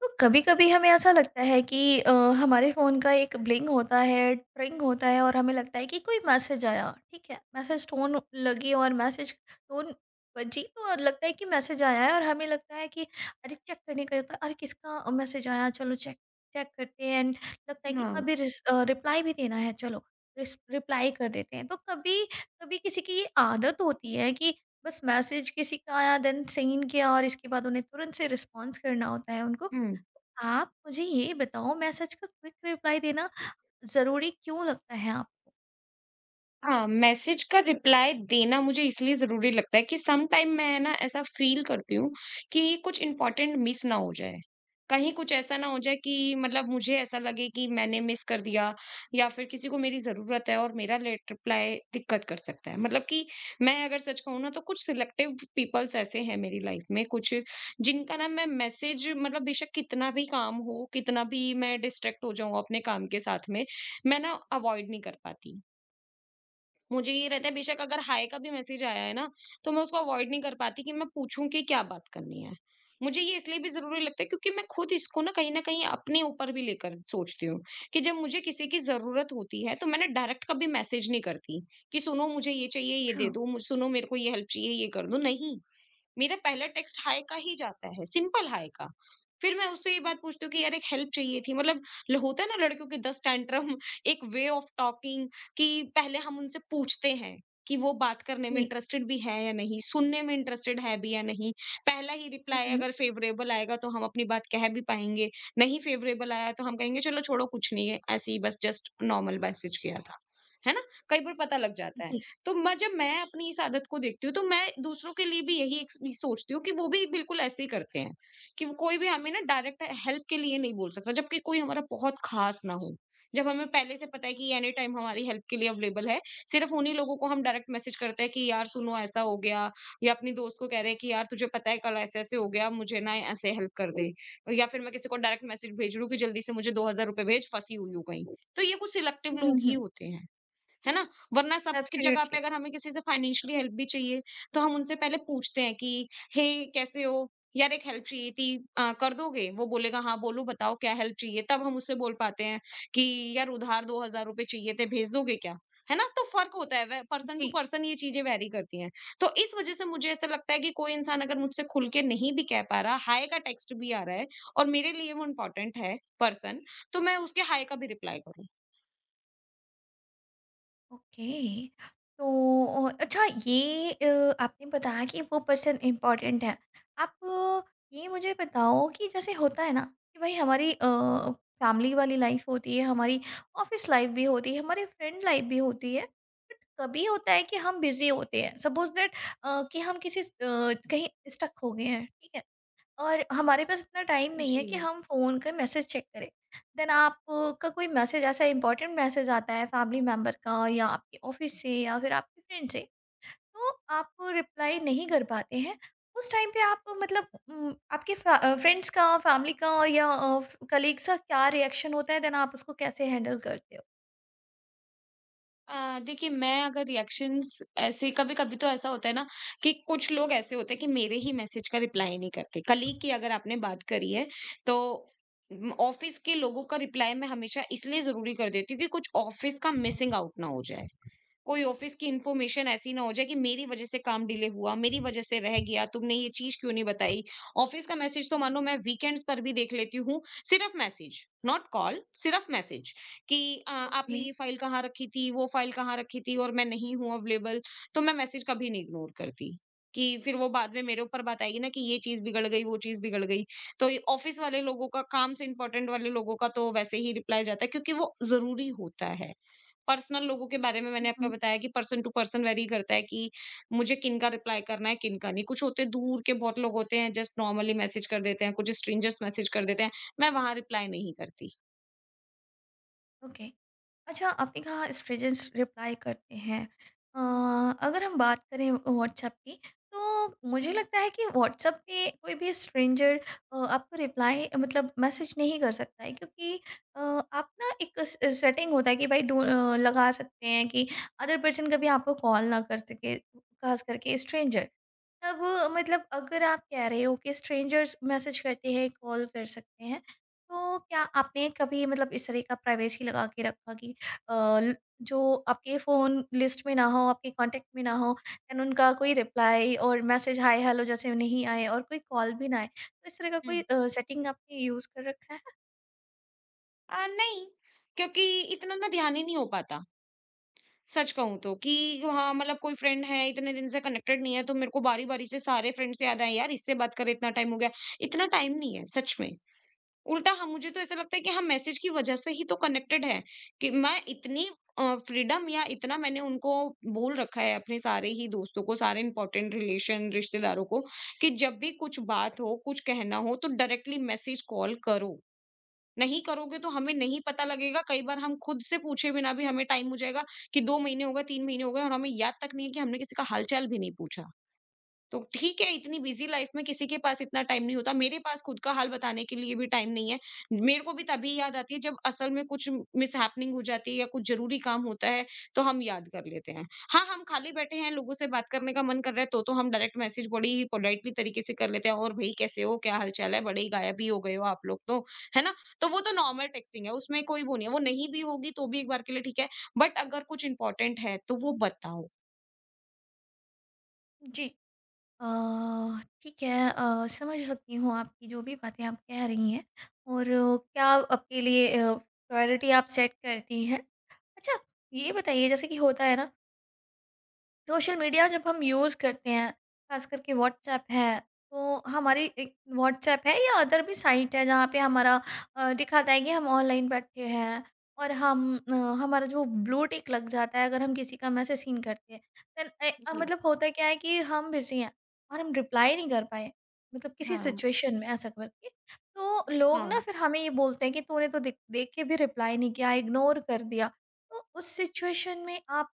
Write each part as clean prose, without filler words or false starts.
तो कभी-कभी हमें ऐसा लगता है कि हमारे फ़ोन का एक ब्लिंग होता है, ट्रिंग होता है और हमें लगता है कि कोई मैसेज आया, ठीक है? मैसेज टोन लगी और मैसेज टोन बजी तो लगता है कि मैसेज आया है और हमें लगता है कि अरे चेक करने का होता है, अरे किसका मैसेज आया? चलो चेक चेक करते हैं एंड लगता है कि 嗯 अभी रिप्लाई भी देना है चलो, रिस रिप्लाई कर देते हैं। तो कभी कभी किसी की ये आदत होती है कि बस मैसेज किसी का आया देन सीन किया और इसके बाद उन्हें तुरंत से रिस्पॉन्स करना होता है उनको। 嗯。आप मुझे ये बताओ मैसेज का क्विक रिप्लाई देना ज़रूरी क्यों लगता है आपको? हाँ, मैसेज का रिप्लाई देना मुझे इसलिए ज़रूरी लगता है कि सम टाइम मैं ना ऐसा फ़ील करती हूँ कि कुछ इम्पोर्टेंट मिस ना हो जाए। कहीं कुछ ऐसा ना हो जाए कि मतलब मुझे ऐसा लगे कि मैंने मिस कर दिया, या फिर किसी को मेरी ज़रूरत है और मेरा लेट रिप्लाई दिक्कत कर सकता है। मतलब कि मैं अगर सच कहूँ ना, तो कुछ सिलेक्टिव पीपल्स ऐसे हैं मेरी लाइफ़ में, कुछ जिनका ना मैं मैसेज मतलब बेशक कितना भी काम हो, कितना भी मैं डिस्ट्रैक्ट हो जाऊँ अपने काम के साथ में, मैं ना अवॉइड नहीं कर पाती। मुझे ये रहता है, बेशक अगर हाय का भी मैसेज आया है ना, तो मैं उसको अवॉइड नहीं कर पाती कि मैं पूछूँ कि क्या बात करनी है। मुझे ये इसलिए भी ज़रूरी लगता है, क्योंकि मैं खुद इसको ना कहीं न कहीं अपने ऊपर भी लेकर सोचती हूँ, कि जब मुझे किसी की ज़रूरत होती है, तो मैं ना डायरेक्ट कभी मैसेज नहीं करती कि सुनो मुझे ये चाहिए, ये अच्छा। दे दो, मु सुनो मेरे को ये हेल्प चाहिए, ये कर दो, नहीं। मेरा पहला टेक्स्ट हाय का ही जाता है, सिंपल हाय का। फिर मैं उससे ये बात पूछती हूँ कि यार एक हेल्प चाहिए थी मतलब, ल होता है ना लड़कियों के 10 टैंट्रम, एक वे ऑफ टॉकिंग, कि पहले हम उनसे पूछते हैं कि वो बात करने में जी। इंटरेस्टेड भी है या नहीं, सुनने में इंटरेस्टेड है भी या नहीं। पहला ही हुँ, रिप्लाई हुँ। अगर फ़ेवरेबल आएगा, तो हम अपनी बात कह भी पाएँगे, नहीं फ़ेवरेबल आया तो हम कहेंगे चलो छोड़ो कुछ नहीं है, ऐसे ही बस जस्ट नॉर्मल मैसेज किया था। है ना? कई बार पता लग जाता है। जी। तो मैं, जब मैं अपनी इस आदत को देखती हूँ, तो मैं दूसरों के लिए भी यही एक चीज़ सोचती हूँ कि वो भी बिल्कुल ऐसे ही करते हैं, कि वो कोई भी हमें ना डायरेक्ट हेल्प के लिए नहीं बोल सकता, जबकि कोई हमारा बहुत खास ना हो। जब हमें पहले से पता है कि एनी टाइम हमारी हेल्प के लिए अवेलेबल है, सिर्फ उन्हीं लोगों को हम डायरेक्ट मैसेज करते हैं कि यार सुनो ऐसा हो गया, या अपनी दोस्त को कह रहे हैं कि यार तुझे पता है कल ऐसे ऐसे हो गया, मुझे ना ऐसे हेल्प कर दे, और या फिर मैं किसी को डायरेक्ट मैसेज भेज रही हूँ कि जल्दी से मुझे ₹2000 भेज, फंसी हुई हूँ कहीं। तो ये कुछ सिलेक्टिव हुँ, हुँ, लोग ही हुँ। होते हैं। है ना? वरना सब की जगह पे, एब्सोल्यूटली। अगर हमें किसी से फाइनेंशियली हेल्प भी चाहिए, तो हम उनसे पहले पूछते हैं कि, "हे! कैसे हो? यार एक हेल्प चाहिए थी, कर दोगे?" वो बोलेगा, "हाँ, बोलो बताओ क्या हेल्प चाहिए?" तब हम उससे बोल पाते हैं कि, "यार उधार ₹2000 चाहिए थे, भेज दोगे क्या?" है ना? तो फ़र्क होता है, वे पर्सन जी। टू पर्सन ये चीज़ें वैरी करती हैं। तो इस वज़ह से मुझे ऐसा लगता है कि कोई इंसान अगर मुझसे खुल के नहीं भी कह पा रहा, हाय का टेक्स्ट भी आ रहा है, और मेरे लिए वो इम्पोर्टेंट है पर्सन, तो मैं उसके हाय का भी रिप्लाई करूँ। ओके। तो अच्छा ये आपने बताया कि वो पर्सन इम्पोर्टेंट है। आप अ, ये मुझे बताओ कि जैसे होता है ना कि भाई हमारी फैमिली वाली लाइफ होती है, हमारी ऑफिस लाइफ भी होती है, हमारी फ्रेंड लाइफ भी होती है। बट कभी होता है कि हम बिजी होते हैं, सपोज दैट कि हम कहीं स्टक हो गए हैं, ठीक है, और हमारे पास इतना टाइम नहीं है कि जी। हम फ़ोन का मैसेज चेक करें। देन आपका कोई मैसेज ऐसा इम्पोर्टेंट मैसेज आता है फैमिली मेंबर का या आपके ऑफ़िस से या फिर आपके फ्रेंड से, तो आप रिप्लाई नहीं कर पाते हैं। उस टाइम पे आप मतलब फ्रेंड्स का, फैमिली का या अ, फ कलीग्स का क्या रिएक्शन होता है? देन आप उसको कैसे हैंडल करते हो? देखिए, मैं अगर रिएक्शंस, ऐसे कभी-कभी तो ऐसा होता है ना कि कुछ लोग ऐसे होते हैं कि मेरे ही मैसेज का रिप्लाई नहीं करते। कलीग की अगर आपने बात करी है, तो ऑफिस के लोगों का रिप्लाई मैं हमेशा इसलिए ज़रूरी कर देती हूँ, कि कुछ ऑफिस का मिसिंग आउट ना हो जाए। कोई ऑफिस की इन्फॉर्मेशन ऐसी ना हो जाए कि मेरी वजह से काम डिले हुआ, मेरी वजह से रह गया, तुमने ये चीज़ क्यों नहीं बताई? ऑफिस का मैसेज तो मानो मैं वीकेंड्स पर भी देख लेती हूँ, सिर्फ मैसेज, नॉट कॉल, सिर्फ मैसेज, कि ओके। आपने ये फाइल कहाँ रखी थी, वो फाइल कहाँ रखी थी, और मैं नहीं हूँ अवेलेबल, तो मैं मैसेज कभी नहीं इग्नोर करती, कि फिर वो बाद में मेरे ऊपर बात आएगी ना, कि ये चीज़ बिगड़ गई, वो चीज़ बिगड़ गई। तो ये ऑफिस वाले लोगों का, काम से इम्पोर्टेंट वाले लोगों का, तो वैसे ही रिप्लाई जाता है, क्योंकि वो ज़रूरी होता है। पर्सनल लोगों के बारे में हुँ, मैंने आपको हुँ। बताया कि पर्सन टू पर्सन वेरी करता है, कि मुझे किनका रिप्लाई करना है, किनका नहीं। कुछ होते हैं दूर के बहुत लोग होते हैं, जस्ट नॉर्मली मैसेज कर देते हैं, कुछ स्ट्रेंजर्स मैसेज कर देते हैं। मैं वहाँ रिप्लाई नहीं करती। ओके। अच्छा आपने कहा स्टूडेंट्स रिप्लाई करते हैं। अ, अगर हम बात करें व्हाट्सएप की, तो मुझे लगता है कि व्हाट्सएप पे कोई भी स्ट्रेंजर आपको रिप्लाई मतलब मैसेज नहीं कर सकता है, क्योंकि आप ना एक सेटिंग होता है कि भाई लगा सकते हैं कि अदर पर्सन कभी आपको कॉल ना कर सके, खास करके स्ट्रेंजर। तब मतलब अगर आप कह रहे हो कि स्ट्रेंजर्स मैसेज करते हैं कॉल कर सकते हैं, तो क्या आपने कभी मतलब इस तरह का प्राइवेसी लगा के रखा कि अ, ल- जो आपके फ़ोन लिस्ट में ना हो, आपके कांटेक्ट में ना हो, एंड उनका कोई रिप्लाई और मैसेज हाय हेलो जैसे नहीं आए और कोई कॉल भी ना आए, तो इस तरह का कोई हुँ। सेटिंग आपने यूज़ कर रखा है। नहीं, क्योंकि इतना ना ध्यान ही नहीं हो पाता, सच कहूँ तो, कि हाँ, मतलब कोई फ्रेंड है, इतने दिन से कनेक्टेड नहीं है, तो मेरे को बारी-बारी से सारे फ्रेंड्स याद आए, यार इससे बात करें, इतना टाइम हो गया। इतना टाइम नहीं है, सच में। उल्टा हम, मुझे तो ऐसा लगता है कि हम मैसेज की वजह से ही तो कनेक्टेड हैं, कि मैं इतनी फ्रीडम, या इतना मैंने उनको बोल रखा है अपने सारे ही दोस्तों को, सारे इंपॉर्टेंट रिलेशन, रिश्तेदारों को, कि जब भी कुछ बात हो कुछ कहना हो, तो डायरेक्टली मैसेज कॉल करो, नहीं करोगे तो हमें नहीं पता लगेगा। कई बार हम खुद से पूछे बिना भी हमें टाइम हो जाएगा, कि 2 महीने हो गए, 3 महीने हो गए, और हमें याद तक नहीं है कि हमने किसी का हालचाल भी नहीं पूछा। तो ठीक है, इतनी बिज़ी लाइफ़ में किसी के पास इतना टाइम नहीं होता। मेरे पास खुद का हाल बताने के लिए भी टाइम नहीं है। मेरे को भी तभी याद आती है, जब असल में कुछ मिसहैपनिंग हो जाती है, या कुछ ज़रूरी काम होता है, तो हम याद कर लेते हैं। हाँ, हम खाली बैठे हैं, लोगों से बात करने का मन कर रहा है, तो हम डायरेक्ट मैसेज बड़ी ही पोलाइटली तरीके से कर लेते हैं, "और भई कैसे हो? क्या हाल-चाल है? बड़े ही गायब ही हो गए हो आप लोग तो।" है ना? तो वो तो नॉर्मल टेक्स्टिंग है, उसमें कोई वो नहीं है। वो नहीं भी होगी तो भी एक बार के लिए ठीक है, बट अगर कुछ इम्पोर्टेंट है, तो वो बताओ। जी। अ, ठीक है, समझ सकती हूँ आपकी जो भी बातें आप कह रही हैं। और क्या आपके लिए प्रायोरिटी आप सेट करती हैं? अच्छा, ये बताइए जैसे कि होता है ना, सोशल मीडिया जब हम यूज़ करते हैं, ख़ास करके व्हाट्सऐप है, तो हमारी एक व्हाट्सऐप है या अदर भी साइट है जहाँ पे दिखाता है कि हम ऑनलाइन बैठे हैं और हमारा जो ब्लू टिक लग जाता है अगर हम किसी का मैसेज सीन करते हैं। जी, मतलब होता क्या है कि हम बिज़ी हैं और हम रिप्लाई नहीं कर पाए, मतलब किसी हाँ। सिचुएशन में ऐसा करके। तो लोग ना हाँ। फिर हमें ये बोलते हैं कि तूने तो दिख देख के भी रिप्लाई नहीं किया, इग्नोर कर दिया। तो उस सिचुएशन में आप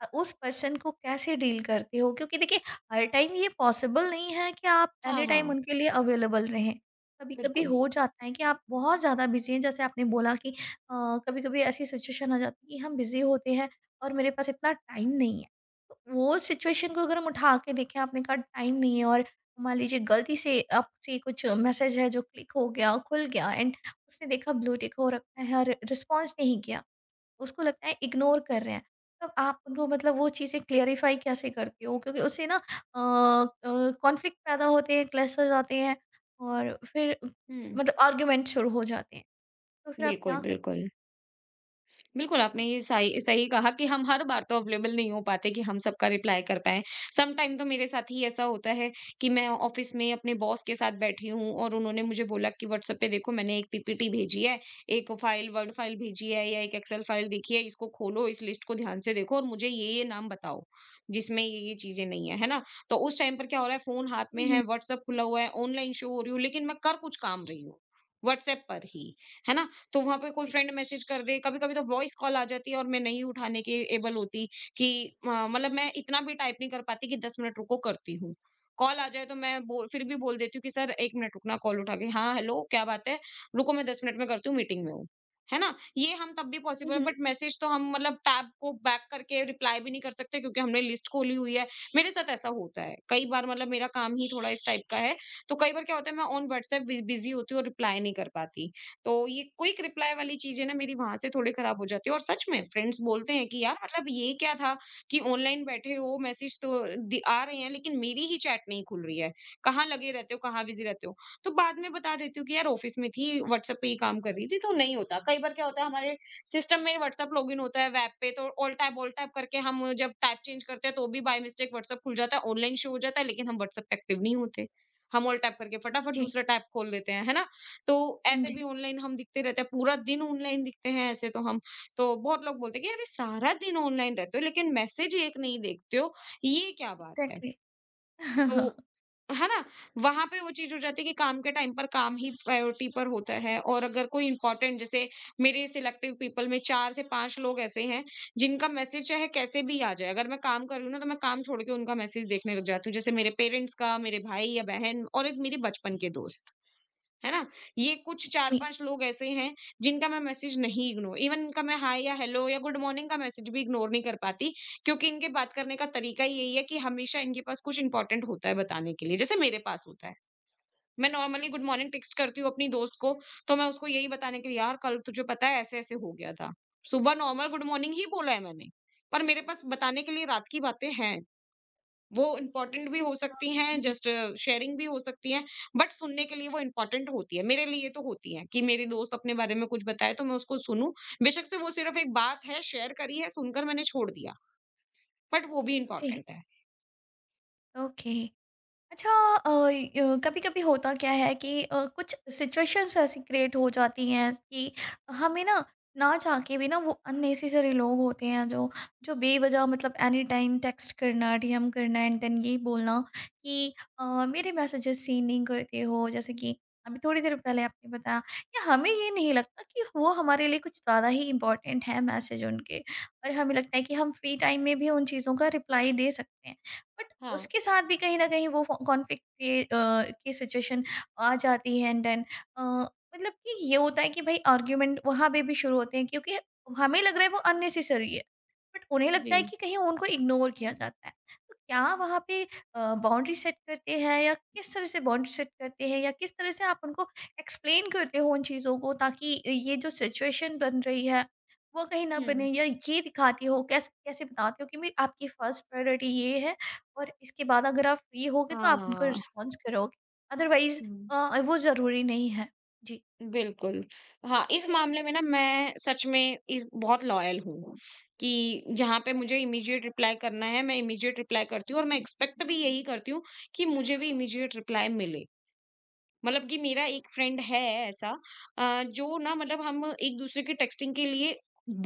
उस पर्सन को कैसे डील करते हो? क्योंकि देखिए हर टाइम ये पॉसिबल नहीं है कि आप हाँ, एनी टाइम हाँ। उनके लिए अवेलेबल रहें। कभी-कभी बिल्कुल। हो जाता है कि आप बहुत ज़्यादा बिज़ी हैं, जैसे आपने बोला कि कभी-कभी ऐसी सिचुएशन आ जाती है कि हम बिज़ी होते हैं और मेरे पास इतना टाइम नहीं है। तो वो सिचुएशन को अगर हम उठा के देखें, आपने कहा टाइम नहीं है, और मान लीजिए गलती से आपसे कुछ मैसेज है जो क्लिक हो गया, खुल गया एंड उसने देखा ब्लू टिक हो रखा है और रिस्पॉन्स नहीं किया। उसको लगता है इग्नोर कर रहे हैं। तब आप उनको मतलब वो चीज़ें क्लेरिफ़ाई कैसे करती हो? क्योंकि उससे ना कॉन्फ्लिक्ट पैदा होते हैं, क्लैशेज़ आते हैं और फिर हुँ। मतलब आर्ग्यूमेंट शुरू हो जाते हैं। तो फिर आप बिल्कुल, क्या करते। बिल्कुल। बिल्कुल, आपने ये सही सही कहा कि हम हर बार तो अवेलेबल नहीं हो पाते कि हम सबका रिप्लाई कर पाएँ। समटाइम तो मेरे साथ ही ऐसा होता है कि मैं ऑफ़िस में अपने बॉस के साथ बैठी हूँ और उन्होंने मुझे बोला कि व्हाट्सएप पे देखो, मैंने एक पीपीटी भेजी है, एक फ़ाइल वर्ड फ़ाइल भेजी है, या एक एक्सेल फ़ाइल देखी है, इसको खोलो, इस लिस्ट को ध्यान से देखो और मुझे ये-ये नाम बताओ, जिसमें ये-ये चीज़ें नहीं है, है ना? तो उस टाइम पर क्या हो रहा है, फ़ोन हाथ में हुँ, हुँ। है, व्हाट्सएप खुला हुआ है, ऑनलाइन शो हो रही हूँ, लेकिन मैं कर कुछ काम रही हूँ, व्हाट्सएप पर ही, है ना? तो वहाँ पे कोई जी। फ्रेंड मैसेज कर दे, कभी-कभी तो वॉइस कॉल आ जाती है और मैं नहीं उठाने की एबल होती कि म मतलब मैं इतना भी टाइप नहीं कर पाती कि 10 मिनट रुको करती हूँ। कॉल आ जाए तो मैं बोल, फिर भी बोल देती हूँ कि सर 1 मिनट रुकना, कॉल उठा के, हाँ, हेलो क्या बात है? रुको मैं 10 मिनट में करती हूँ, मीटिंग में हूँ। है ना? ये हम तब भी हुँ, पॉसिबल है, हुँ। बट मैसेज तो हम मतलब टैब को बैक करके रिप्लाई भी नहीं कर सकते, क्योंकि हमने लिस्ट खोली हुई है। मेरे साथ ऐसा होता है, कई बार मतलब मेरा काम ही थोड़ा इस टाइप का है, तो कई बार क्या होता है, मैं ऑन व्हाट्सएप बि बिज़ी होती हूँ और रिप्लाई नहीं कर पाती। तो ये क्विक रिप्लाई वाली चीज़ें ना मेरी वहाँ से थोड़ी खराब हो जाती है, और सच में फ्रेंड्स बोलते हैं कि यार मतलब ये क्या था, कि ऑनलाइन बैठे हो, मैसेज तो आ रहे हैं, लेकिन मेरी ही चैट नहीं खुल रही है, कहाँ लगे रहते हो, कहाँ बिजी रहते हो। तो बाद में बता देती हूँ कि यार ऑफिस में थी, व्हाट्सएप पे ही काम कर रही थी, तो नहीं होता। कई बार क्या होता है, हमारे सिस्टम में व्हाट्सएप लॉगिन होता है वेब पे, तो ऑल टैब करके हम जब टैब चेंज करते हैं, तो भी बाय मिस्टेक व्हाट्सएप खुल जाता है, ऑनलाइन शो हो जाता है, लेकिन हम व्हाट्सएप पे एक्टिव नहीं होते। हम ऑल टैप करके फटाफट जी। दूसरा टैब खोल लेते हैं, है ना? तो हाँ ऐसे जी। भी ऑनलाइन हम दिखते रहते हैं, पूरा दिन ऑनलाइन दिखते हैं ऐसे तो हम। तो बहुत लोग बोलते हैं कि अरे सारा दिन ऑनलाइन रहते हो, लेकिन मैसेज एक नहीं देखते हो, ये क्या बात है? एग्ज़ैक्टली। तो है ना? वहाँ पे वो चीज़ हो जाती है कि काम के टाइम पर काम ही प्रायोरिटी पर होता है, और अगर कोई इम्पोर्टेंट जैसे मेरे सिलेक्टिव पीपल में 4 से 5 लोग ऐसे हैं, जिनका मैसेज चाहे कैसे भी आ जाए, अगर मैं काम कर रही हूँ ना तो मैं काम छोड़ के उनका मैसेज देखने लग जाती हूँ। जैसे मेरे पेरेंट्स का, मेरे भाई या बहन और एक मेरे बचपन के दोस्त। है ना? ये कुछ जी। 4-5 लोग ऐसे हैं जिनका मैं मैसेज नहीं इग्नो इवन इनका मैं हाय या हेलो या गुड मॉर्निंग का मैसेज भी इग्नोर नहीं कर पाती, क्योंकि इनके बात करने का तरीका ही यही है कि हमेशा इनके पास कुछ इंपॉर्टेंट होता है बताने के लिए, जैसे मेरे पास होता है। मैं नॉर्मली गुड मॉर्निंग टेक्स्ट करती हूँ अपनी दोस्त को, तो मैं उसको यही बताने के लिए यार कल तुझे पता है ऐसे-ऐसे हो गया था। सुबह नॉर्मल गुड मॉर्निंग ही बोला है मैंने, पर मेरे पास बताने के लिए रात की बातें हैं। वो इम्पोर्टेंट भी हो सकती हैं, जी। जस्ट शेयरिंग भी हो सकती हैं, बट सुनने के लिए वो इम्पोर्टेंट होती है। मेरे लिए तो होती हैं कि मेरी दोस्त अपने बारे में कुछ बताए तो मैं उसको सुनूँ। बेशक से वो सिर्फ़ एक बात है, शेयर करी है, सुनकर मैंने छोड़ दिया, बट वो भी जी। इम्पोर्टेंट है। ओके। अच्छा, अ, य कभी-कभी होता क्या है कि कुछ सिचुएशंस ऐसी क्रिएट हो जाती हैं कि हमें ना, ना चाह के भी, ना वो अननेसेसरी लोग होते हैं जो जो बेवजह मतलब एनी टाइम टेक्स्ट करना, डीएम करना एंड देन ये बोलना कि अ, मेरे मैसेजेस सीन नहीं करते हो। जैसे कि अभी थोड़ी देर पहले आपने बताया या हमें ये नहीं लगता कि वो हमारे लिए कुछ ज़्यादा ही इम्पोर्टेंट है मैसेज उनके, और हमें लगता है कि हम फ्री टाइम में भी उन चीज़ों का रिप्लाई दे सकते हैं। बट हाँ, उसके साथ भी कहीं न कहीं वो कॉन्फ्लिक्ट की सिचुएशन आ जाती है एंड देन मतलब कि ये होता है कि भाई आर्ग्यूमेंट वहाँ पे भी शुरू होते हैं क्योंकि हमें लग रहा है वो अननेसेसरी है। बट उन्हें लगता जी। है कि कहीं उनको इग्नोर किया जाता है। तो क्या वहाँ पे बाउंड्री सेट करते हैं या किस तरह से बाउंड्री सेट करते हैं या किस तरह से आप उनको एक्सप्लेन करते हो उन चीज़ों को ताकि ये जो सिचुएशन बन रही है, वो कहीं ना बने, हुँ। या ये दिखाती हो कैसे बताते हो कि मैं आपकी फर्स्ट प्रायोरिटी ये है और इसके बाद अगर आप फ्री होगे तो आप उनको हाँ, रिस्पॉन्स करोगे, अदरवाइज़ हुँ, वो ज़रूरी नहीं है। जी। बिल्कुल। हाँ, इस मामले में ना मैं सच में इस बहुत लॉयल हूँ कि जहाँ पे मुझे इमीडिएट रिप्लाई करना है, मैं इमीडिएट रिप्लाई करती हूँ और मैं एक्सपेक्ट भी यही करती हूँ कि मुझे भी इमीडिएट रिप्लाई मिले। मतलब कि मेरा एक फ्रेंड है ऐसा, जो ना मतलब हम एक दूसरे की टेक्स्टिंग के लिए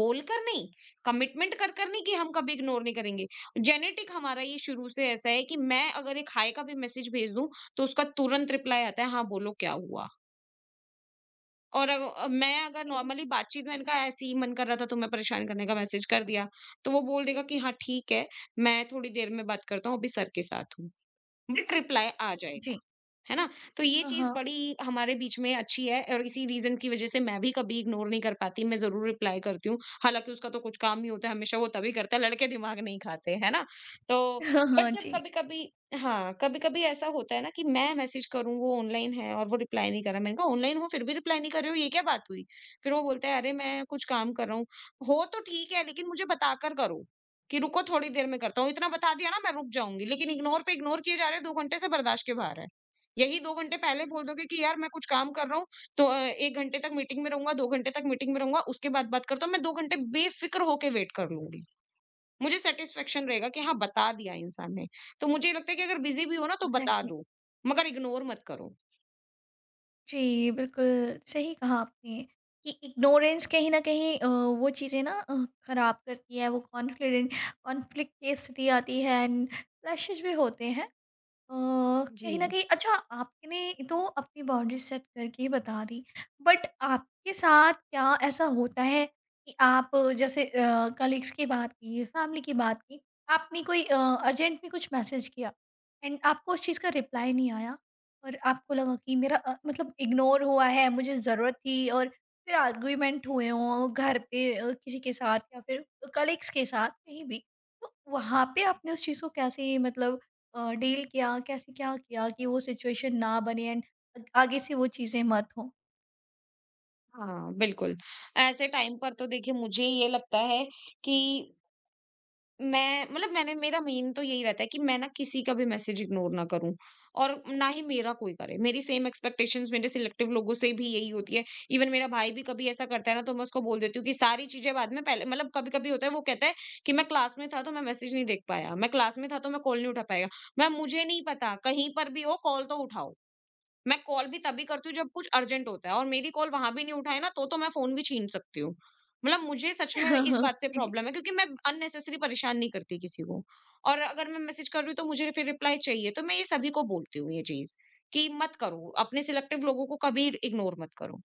बोलकर नहीं, कमिटमेंट कर कर नहीं कि हम कभी इग्नोर नहीं करेंगे। जेनेटिक हमारा ये शुरू से ऐसा है कि मैं अगर एक हाय का भी मैसेज भेज दूं तो उसका तुरंत रिप्लाई आता है, हाँ बोलो क्या हुआ। और मैं अगर ओके। नॉर्मली बातचीत में इनका ऐसे ही मन कर रहा था तो मैं परेशान करने का मैसेज कर दिया, तो वो बोल देगा कि हाँ ठीक है, मैं थोड़ी देर में बात करता हूँ, अभी सर के साथ हूँ, बट रिप्लाई आ जाएगा। जी। है ना? तो ये हाँ, चीज़ हाँ। बड़ी हमारे बीच में अच्छी है, और इसी रीज़न की वज़ह से मैं भी कभी इग्नोर नहीं कर पाती, मैं ज़रूर रिप्लाई करती हूँ। हालाँकि उसका तो कुछ काम ही होता है, हमेशा वो तभी करता है, लड़के दिमाग नहीं खाते, है ना? तो हाँ, हाँ। बट जब जी। कभी-कभी, हाँ, कभी-कभी ऐसा होता है ना कि मैं मैसेज करूँ, वो ऑनलाइन है और वो रिप्लाई नहीं कर रहा। मैंने कहा, "ऑनलाइन हो फिर भी रिप्लाई नहीं कर रहे हो, ये क्या बात हुई?" फिर वो बोलता है, "अरे! मैं कुछ काम कर रहा हूँ।" हो तो ठीक है, लेकिन मुझे बताकर करो कि रुको थोड़ी देर में करता हूँ। इतना बता दिया ना मैं रुक जाऊँगी, लेकिन इग्नोर पे इग्नोर किए जा रहे हैं, 2 घंटे से बर्दाश्त के बाहर है। यही 2 घंटे पहले बोल दोगे कि यार मैं कुछ काम कर रहा हूँ, तो अ, 1 घंटे तक मीटिंग में रहूँगा, 2 घंटे तक मीटिंग में रहूँगा, उसके बाद बात करता हूँ, मैं 2 घंटे बेफ़िक्र होके वेट कर लूँगी। मुझे सैटिस्फैक्शन रहेगा कि हाँ, बता दिया इंसान ने। तो मुझे ये लगता है कि अगर बिज़ी भी हो ना तो बता एग्ज़ैक्टली। दो, मगर इग्नोर मत करो। जी, बिल्कुल सही कहा आपने कि इग्नोरेंस कहीं न कहीं वो चीज़ें ना ख़राब करती है, वो कॉन्फिडेंट कॉन्फ्लिक्ट की स्थिति आती है एंड क्लैशेज़ भी होते हैं। जी। कहीं न कहीं अच्छा आपने तो अपनी बाउंड्री सेट करके ही बता दी। बट आपके साथ क्या ऐसा होता है कि आप जैसे जैसे कलीग्स की बात की, फैमिली की बात की, आपने कोई अर्जेंट में कुछ मैसेज किया एंड आपको उस चीज़ का रिप्लाई नहीं आया और आपको लगा कि मतलब इग्नोर हुआ है, मुझे ज़रूरत थी, और फिर आर्गुमेंट हुए हों घर पे किसी के साथ या फिर कलीग्स के साथ कहीं भी। तो वहाँ पे आपने उस चीज़ को कैसे मतलब डील किया, कैसे क्या किया कि वो सिचुएशन ना बने एंड आगे से वो चीज़ें मत हों? हाँ, बिल्कुल। ऐसे टाइम पर तो देखिए मुझे ये लगता है कि मैं मतलब मैंने, मेरा मेन तो यही रहता है कि मैं ना किसी का भी मैसेज इग्नोर ना करूं और ना ही मेरा कोई करे। मेरी सेम एक्सपेक्टेशंस मेरे सिलेक्टिव लोगों से भी यही होती है। इवन मेरा भाई भी कभी ऐसा करता है ना तो मैं उसको बोल देती हूँ कि सारी चीजें बाद में, पहले मतलब, कभी कभी होता है वो कहता है कि मैं क्लास में था तो मैं मैसेज नहीं देख पाया, मैं क्लास में था तो मैं कॉल नहीं उठा पाएगा। मैं मुझे नहीं पता कहीं पर भी हो कॉल तो उठाओ। मैं कॉल भी तभी करती हूँ जब कुछ अर्जेंट होता है, और मेरी कॉल वहाँ भी नहीं उठाए ना तो मैं फ़ोन भी छीन सकती हूँ। मतलब मुझे सच में इस बात से ओके। प्रॉब्लम है, क्योंकि मैं अननेसेसरी परेशान नहीं करती किसी को। और अगर मैं मैसेज कर रही हूँ तो मुझे फिर रिप्लाई चाहिए, तो मैं ये सभी को बोलती हूँ ये चीज़, कि मत करो, अपने सिलेक्टिव लोगों को कभी इग्नोर मत करो।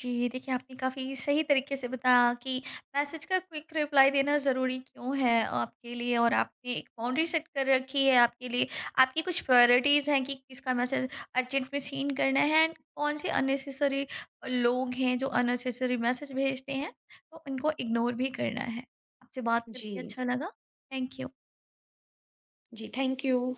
जी, देखिए आपने काफ़ी सही तरीके से बताया कि मैसेज का क्विक रिप्लाई देना ज़रूरी क्यों है आपके लिए, और आपने एक बाउंड्री सेट कर रखी है आपके लिए। आपकी कुछ प्रायोरिटीज़ हैं कि किसका मैसेज अर्जेंट में सीन करना है एंड कौन से अननेसेसरी लोग हैं जो अननेसेसरी मैसेज भेजते हैं, तो उनको इग्नोर भी करना है। आपसे बात करके जी। अच्छा लगा। Thank you. जी, थैंक यू।